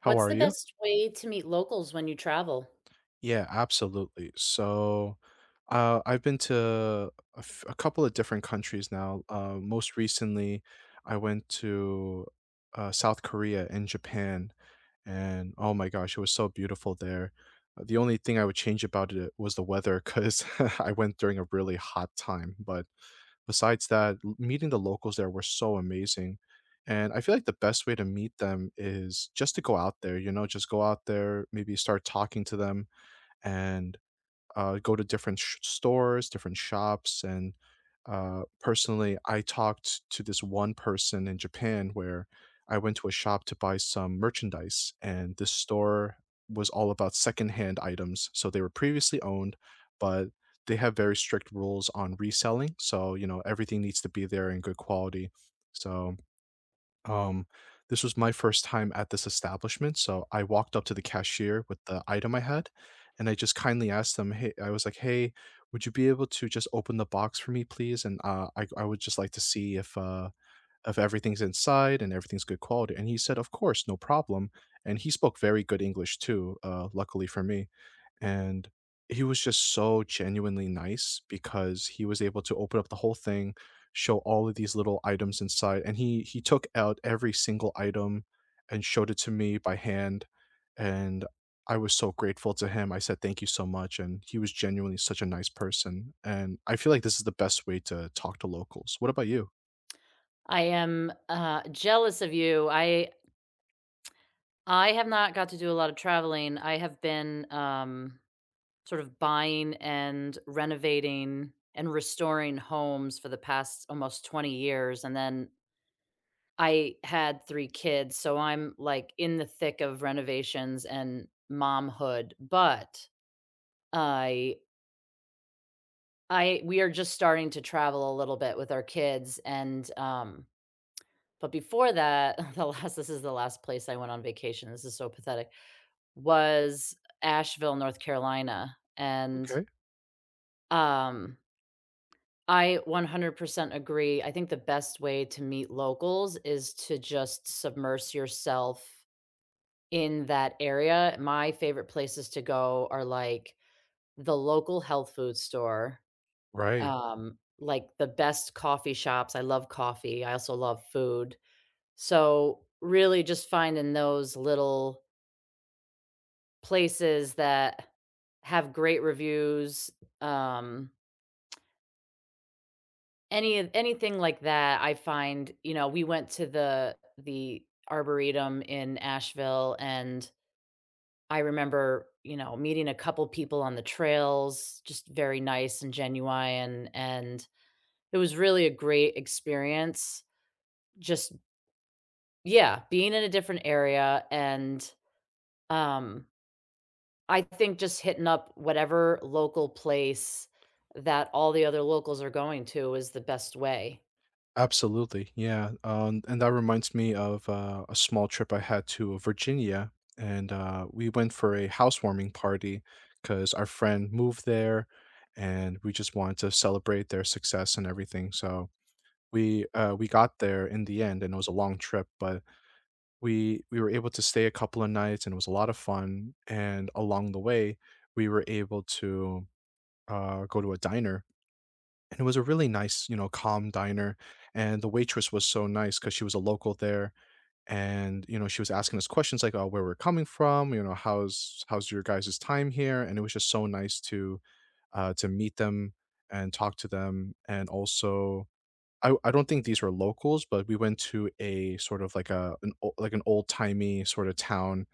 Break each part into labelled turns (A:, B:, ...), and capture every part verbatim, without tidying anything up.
A: How
B: What's
A: are
B: the
A: you?
B: best way to meet locals when you travel?
A: Yeah, absolutely. So, uh, I've been to a, f- a couple of different countries now. Uh, most recently, I went to uh, South Korea and Japan, and oh my gosh, it was so beautiful there. Uh, The only thing I would change about it was the weather because I went during a really hot time. But besides that, l- meeting the locals there were so amazing. And I feel like the best way to meet them is just to go out there, you know, just go out there, maybe start talking to them and, uh, go to different sh stores, different shops, and, uh, personally, I talked to this one person in Japan where I went to a shop to buy some merchandise, and this store was all about secondhand items, so they were previously owned, but they have very strict rules on reselling, so, you know, everything needs to be there in good quality, so um, this was my first time at this establishment, so I walked up to the cashier with the item I had, and I just kindly asked them, "Hey," I was like, "Hey, would you be able to just open the box for me, please? And uh, I I would just like to see if uh if everything's inside and everything's good quality." And he said, "Of course, no problem." And he spoke very good English too, uh, luckily for me. And he was just so genuinely nice because he was able to open up the whole thing, show all of these little items inside, and he he took out every single item and showed it to me by hand, and I was so grateful to him. I said, "Thank you so much," and he was genuinely such a nice person, and I feel like this is the best way to talk to locals. What about you?
B: I am, uh, jealous of you. I I have not got to do a lot of traveling. I have been, um, sort of buying and renovating and restoring homes for the past almost twenty years, and then I had three kids, so I'm, like, in the thick of renovations and momhood, but I I we are just starting to travel a little bit with our kids, and, um, But before that, the last this is the last place I went on vacation, this is so pathetic, was Asheville, North Carolina, and,
A: Okay.
B: um, I one hundred percent agree, I think the best way to meet locals is to just submerse yourself in that area. My favorite places to go are, like, the local health food store,
A: Right.
B: um, like, the best coffee shops, I love coffee, I also love food. So, really just finding those little places that have great reviews, um, any of anything like that, I find, you know, we went to the the Arboretum in Asheville, and I remember, you know, meeting a couple people on the trails, just very nice and genuine, and it was really a great experience. Just yeah, being in a different area and, um I think just hitting up whatever local place that all the other locals are going to is the best way.
A: Absolutely, yeah, um, and that reminds me of, uh, a small trip I had to Virginia, and, uh, we went for a housewarming party because our friend moved there, and we just wanted to celebrate their success and everything, so we, uh, we got there in the end, and it was a long trip, but we we were able to stay a couple of nights, and it was a lot of fun, and along the way, we were able to, uh, go to a diner, and it was a really nice, you know, calm diner, and the waitress was so nice because she was a local there, and, you know, she was asking us questions like, "Oh, where we're coming from," you know, "How's how's your guys' time here?" And it was just so nice to, uh, to meet them and talk to them, and also I I don't think these were locals, but we went to a sort of like a an o like an old-timey sort of town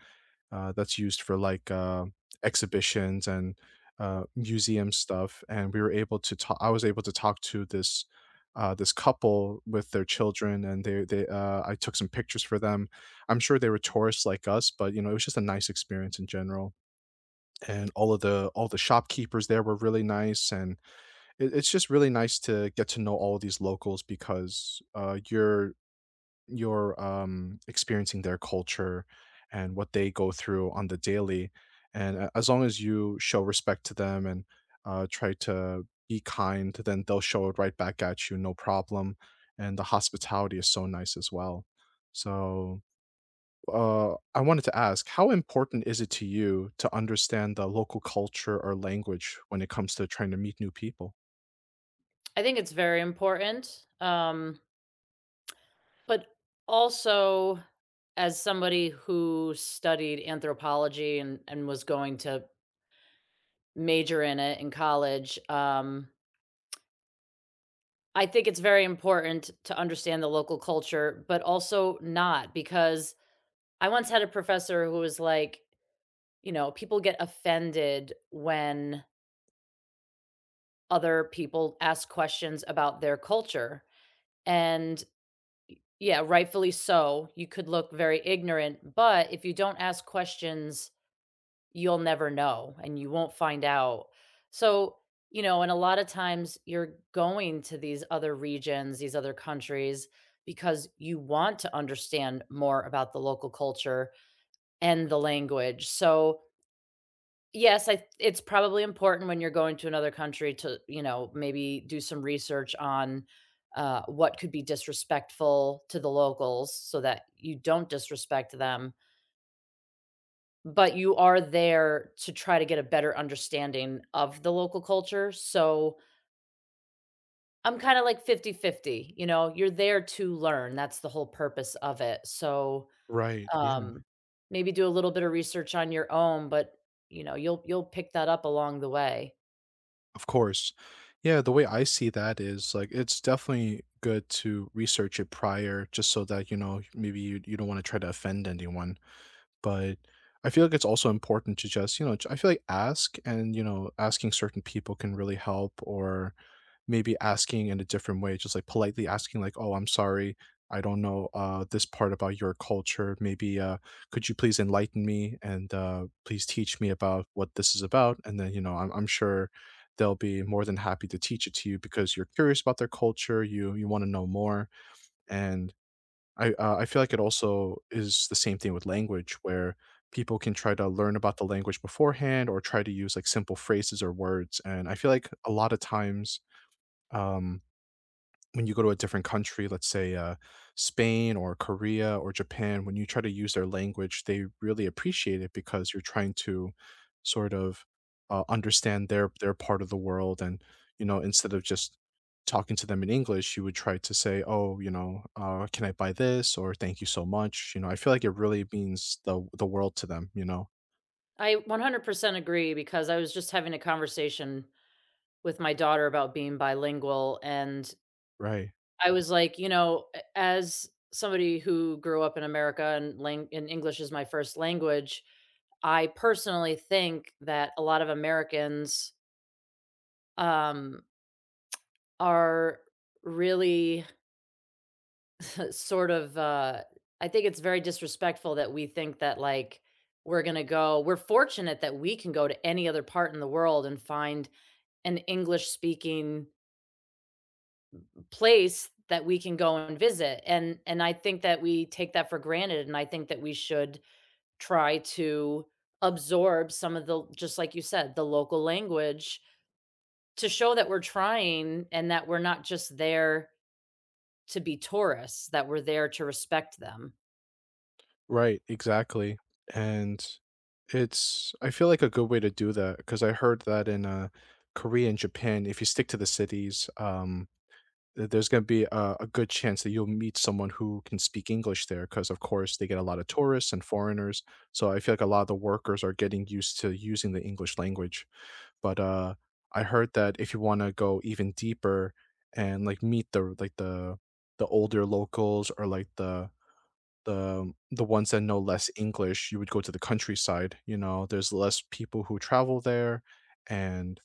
A: uh, that's used for like uh, exhibitions and uh, museum stuff. And we were able to talk. I was able to talk to this uh, this couple with their children, and they they uh, I took some pictures for them. I'm sure they were tourists like us, but you know it was just a nice experience in general. And all of the all the shopkeepers there were really nice, and it, it's just really nice to get to know all of these locals because uh, you're you're, um, experiencing their culture and what they go through on the daily, and a as long as you show respect to them and, uh, try to be kind, then they'll show it right back at you, no problem, and the hospitality is so nice as well. So, uh, I wanted to ask, how important is it to you to understand the local culture or language when it comes to trying to meet new people?
B: I think it's very important, um, but also as somebody who studied anthropology and and was going to major in it in college, um, I think it's very important to understand the local culture, but also not because I once had a professor who was like, you know, people get offended when other people ask questions about their culture. And yeah, rightfully so, you could look very ignorant, but if you don't ask questions, you'll never know and you won't find out. So, you know, and a lot of times you're going to these other regions, these other countries, because you want to understand more about the local culture and the language. So, yes, I it's probably important when you're going to another country to, you know, maybe do some research on, uh, what could be disrespectful to the locals so that you don't disrespect them, but you are there to try to get a better understanding of the local culture, so I'm kinda like fifty-fifty. You know, you're there to learn, that's the whole purpose of it, so,
A: Right. Yeah.
B: um, maybe do a little bit of research on your own, but, you know, you'll you'll pick that up along the way.
A: Of course. Yeah, the way I see that is like it's definitely good to research it prior just so that, you know, maybe you you don't want to try to offend anyone. But I feel like it's also important to just, you know, I feel like ask and, you know, asking certain people can really help or maybe asking in a different way, just like politely asking, like, "Oh, I'm sorry. I don't know uh, this part about your culture. Maybe uh, could you please enlighten me and uh, please teach me about what this is about?" And then you know, I'm, I'm sure they'll be more than happy to teach it to you because you're curious about their culture. You you want to know more, and I uh, I feel like it also is the same thing with language where people can try to learn about the language beforehand or try to use like simple phrases or words, and I feel like a lot of times um when you go to a different country, let's say, uh, Spain or Korea or Japan, when you try to use their language, they really appreciate it because you're trying to sort of, uh, understand their their part of the world and, you know, instead of just talking to them in English, you would try to say, "Oh, you know, uh, can I buy this?" or "Thank you so much," you know, I feel like it really means the the world to them, you know?
B: I one hundred percent agree because I was just having a conversation with my daughter about being bilingual. And
A: Right.
B: I was like, you know, a- as somebody who grew up in America and, lang- and English is my first language, I personally think that a lot of Americans um, are really sort of, uh, I think it's very disrespectful that we think that like we're going to go, we're fortunate that we can go to any other part in the world and find an English speaking place that we can go and visit. And and I think that we take that for granted and I think that we should try to absorb some of the, just like you said, the local language to show that we're trying and that we're not just there to be tourists, that we're there to respect them.
A: Right, exactly, and it's I feel like a good way to do that because I heard that in, uh, Korea and Japan, if you stick to the cities, um, th there's gonna be a a good chance that you'll meet someone who can speak English there. Because of course, they get a lot of tourists and foreigners, so I feel like a lot of the workers are getting used to using the English language, but, uh, I heard that if you wanna go even deeper and, like, meet the like, the the older locals or, like, the the the ones that know less English, you would go to the countryside, you know, there's less people who travel there, and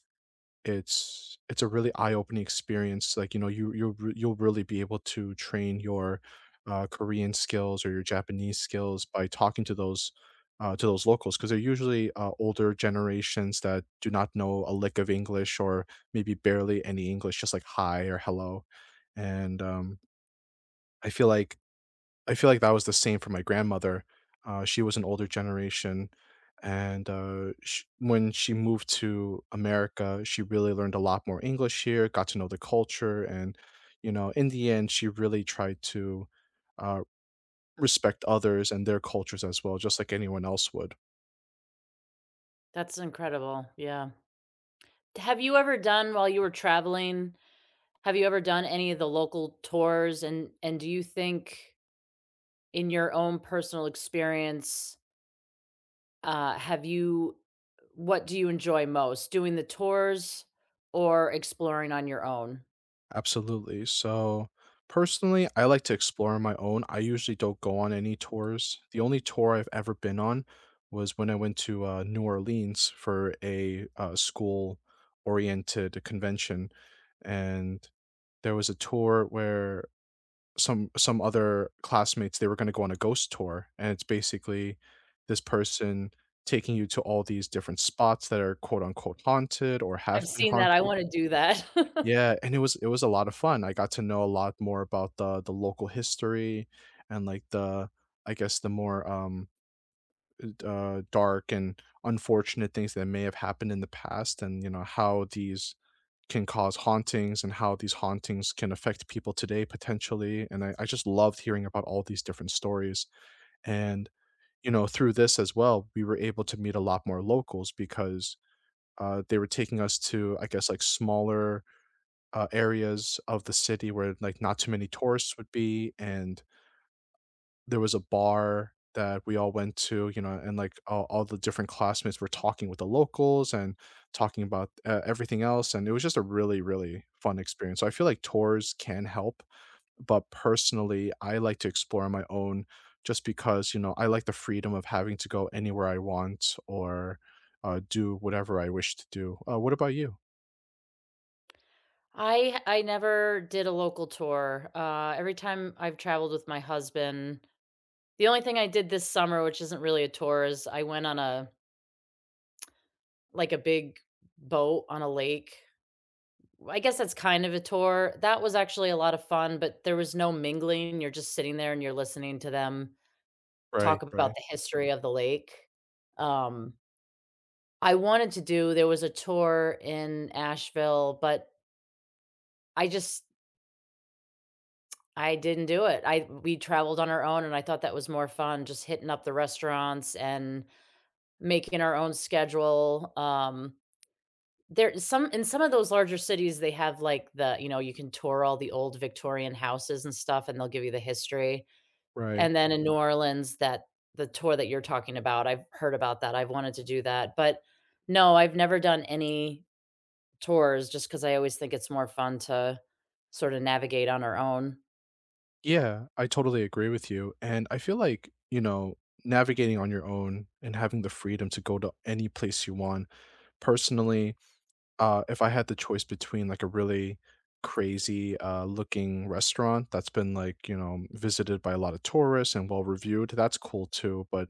A: it's it's a really eye-opening experience, like, you know, you you'll re you'll really be able to train your, uh, Korean skills or your Japanese skills by talking to those, uh, to those locals because 'cause they're usually, uh, older generations that do not know a lick of English or maybe barely any English, just like "hi" or "hello," and, um, I feel like I feel like that was the same for my grandmother. Uh, she was an older generation, and uh, sh when she moved to America, she really learned a lot more English here, got to know the culture, and you know, in the end, she really tried to uh, respect others and their cultures as well, just like anyone else would.
B: That's incredible. Yeah. Have you ever done, while you were traveling, have you ever done any of the local tours and and do you think, in your own personal experience, Uh, have you what do you enjoy most? Doing the tours or exploring on your own?
A: Absolutely. So personally, I like to explore on my own. I usually don't go on any tours. The only tour I've ever been on was when I went to uh, New Orleans for a uh, school oriented convention. And there was a tour where some some other classmates, they were going to go on a ghost tour, and it's basically this person taking you to all these different spots that are quote unquote haunted or have
B: I've
A: been
B: seen that, I
A: haunted,
B: wanna do that.
A: yeah, and it was it was a lot of fun. I got to know a lot more about the the local history and, like, the I guess the more, um, d uh, dark and unfortunate things that may have happened in the past and, you know, how these can cause hauntings and how these hauntings can affect people today potentially, and I I just loved hearing about all these different stories, and, you know, through this as well, we were able to meet a lot more locals because, uh, they were taking us to, I guess, like, smaller uh, areas of the city where, like, not too many tourists would be, and there was a bar that we all went to, you know, and, like, all all the different classmates were talking with the locals and talking about, uh, everything else, and it was just a really, really fun experience. So I feel like tours can help, but personally, I like to explore on my own just because, you know, I like the freedom of having to go anywhere I want or, uh, do whatever I wish to do. Uh, what about you?
B: I I never did a local tour. Uh, every time I've traveled with my husband, the only thing I did this summer, which isn't really a tour, is I went on a, like, a big boat on a lake. I guess that's kind of a tour. That was actually a lot of fun, but there was no mingling, you're just sitting there and you're listening to them
A: Right,
B: talk about
A: right,
B: the history of the lake. Um, I wanted to do there was a tour in Asheville, but I just I didn't do it. I We traveled on our own, and I thought that was more fun, just hitting up the restaurants and making our own schedule. Um, there some in some of those larger cities, they have, like, the you know, you can tour all the old Victorian houses and stuff, and they'll give you the history.
A: right.
B: And then in New Orleans, that the tour that you're talking about, I've heard about that, I've wanted to do that, but no, I've never done any tours just because I always think it's more fun to sorta navigate on our own.
A: Yeah, I totally agree with you. And I feel like, you know, navigating on your own and having the freedom to go to any place you want. Personally, uh, if I had the choice between like a really crazy uh, looking restaurant that's been like, you know, visited by a lot of tourists and well reviewed, that's cool too. But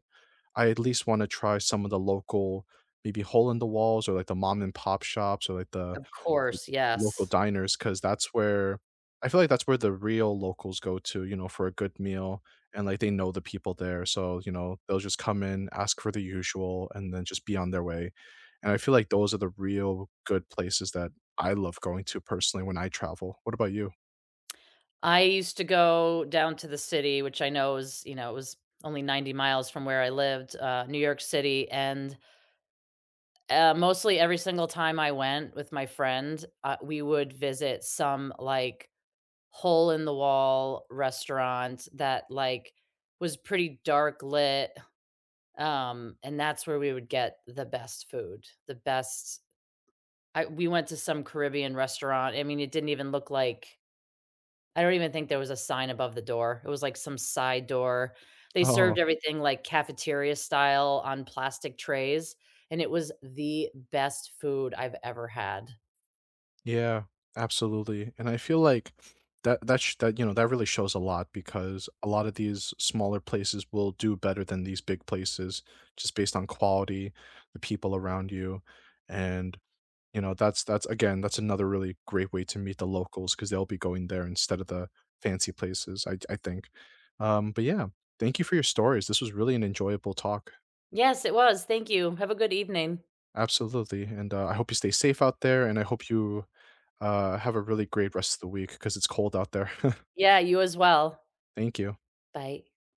A: I at least wanna try some of the local, maybe hole in the walls or, like, the mom and pop shops or, like, the
B: Of
A: the
B: course,
A: local
B: yes.
A: diners, because that's where I feel like that's where the real locals go to, you know, for a good meal, and, like, they know the people there, so, you know, they'll just come in, ask for the usual, and then just be on their way, and I feel like those are the real good places that I love going to personally when I travel. What about you?
B: I used to go down to the city, which I know is, you know, it was only ninety miles from where I lived, uh, New York City, and, uh, mostly every single time I went with my friend, uh, we would visit some, like, hole in the wall restaurant that, like, was pretty dark lit, um, and that's where we would get the best food, the best I we went to some Caribbean restaurant, I mean, it didn't even look like, I don't even think there was a sign above the door, it was, like, some side door. They
A: Oh.
B: served everything, like, cafeteria style on plastic trays, and it was the best food I've ever had.
A: Yeah, absolutely. And I feel like that that sh- that you know that really shows a lot because a lot of these smaller places will do better than these big places just based on quality, the people around you, and you know that's that's again that's another really great way to meet the locals because they'll be going there instead of the fancy places. I I think. Um, but yeah, thank you for your stories. This was really an enjoyable talk.
B: Yes, it was, thank you, have a good evening.
A: Absolutely, and uh, I hope you stay safe out there, and I hope you Uh, have a really great rest of the week because it's cold out there.
B: Yeah, you as well.
A: Thank you.
B: Bye.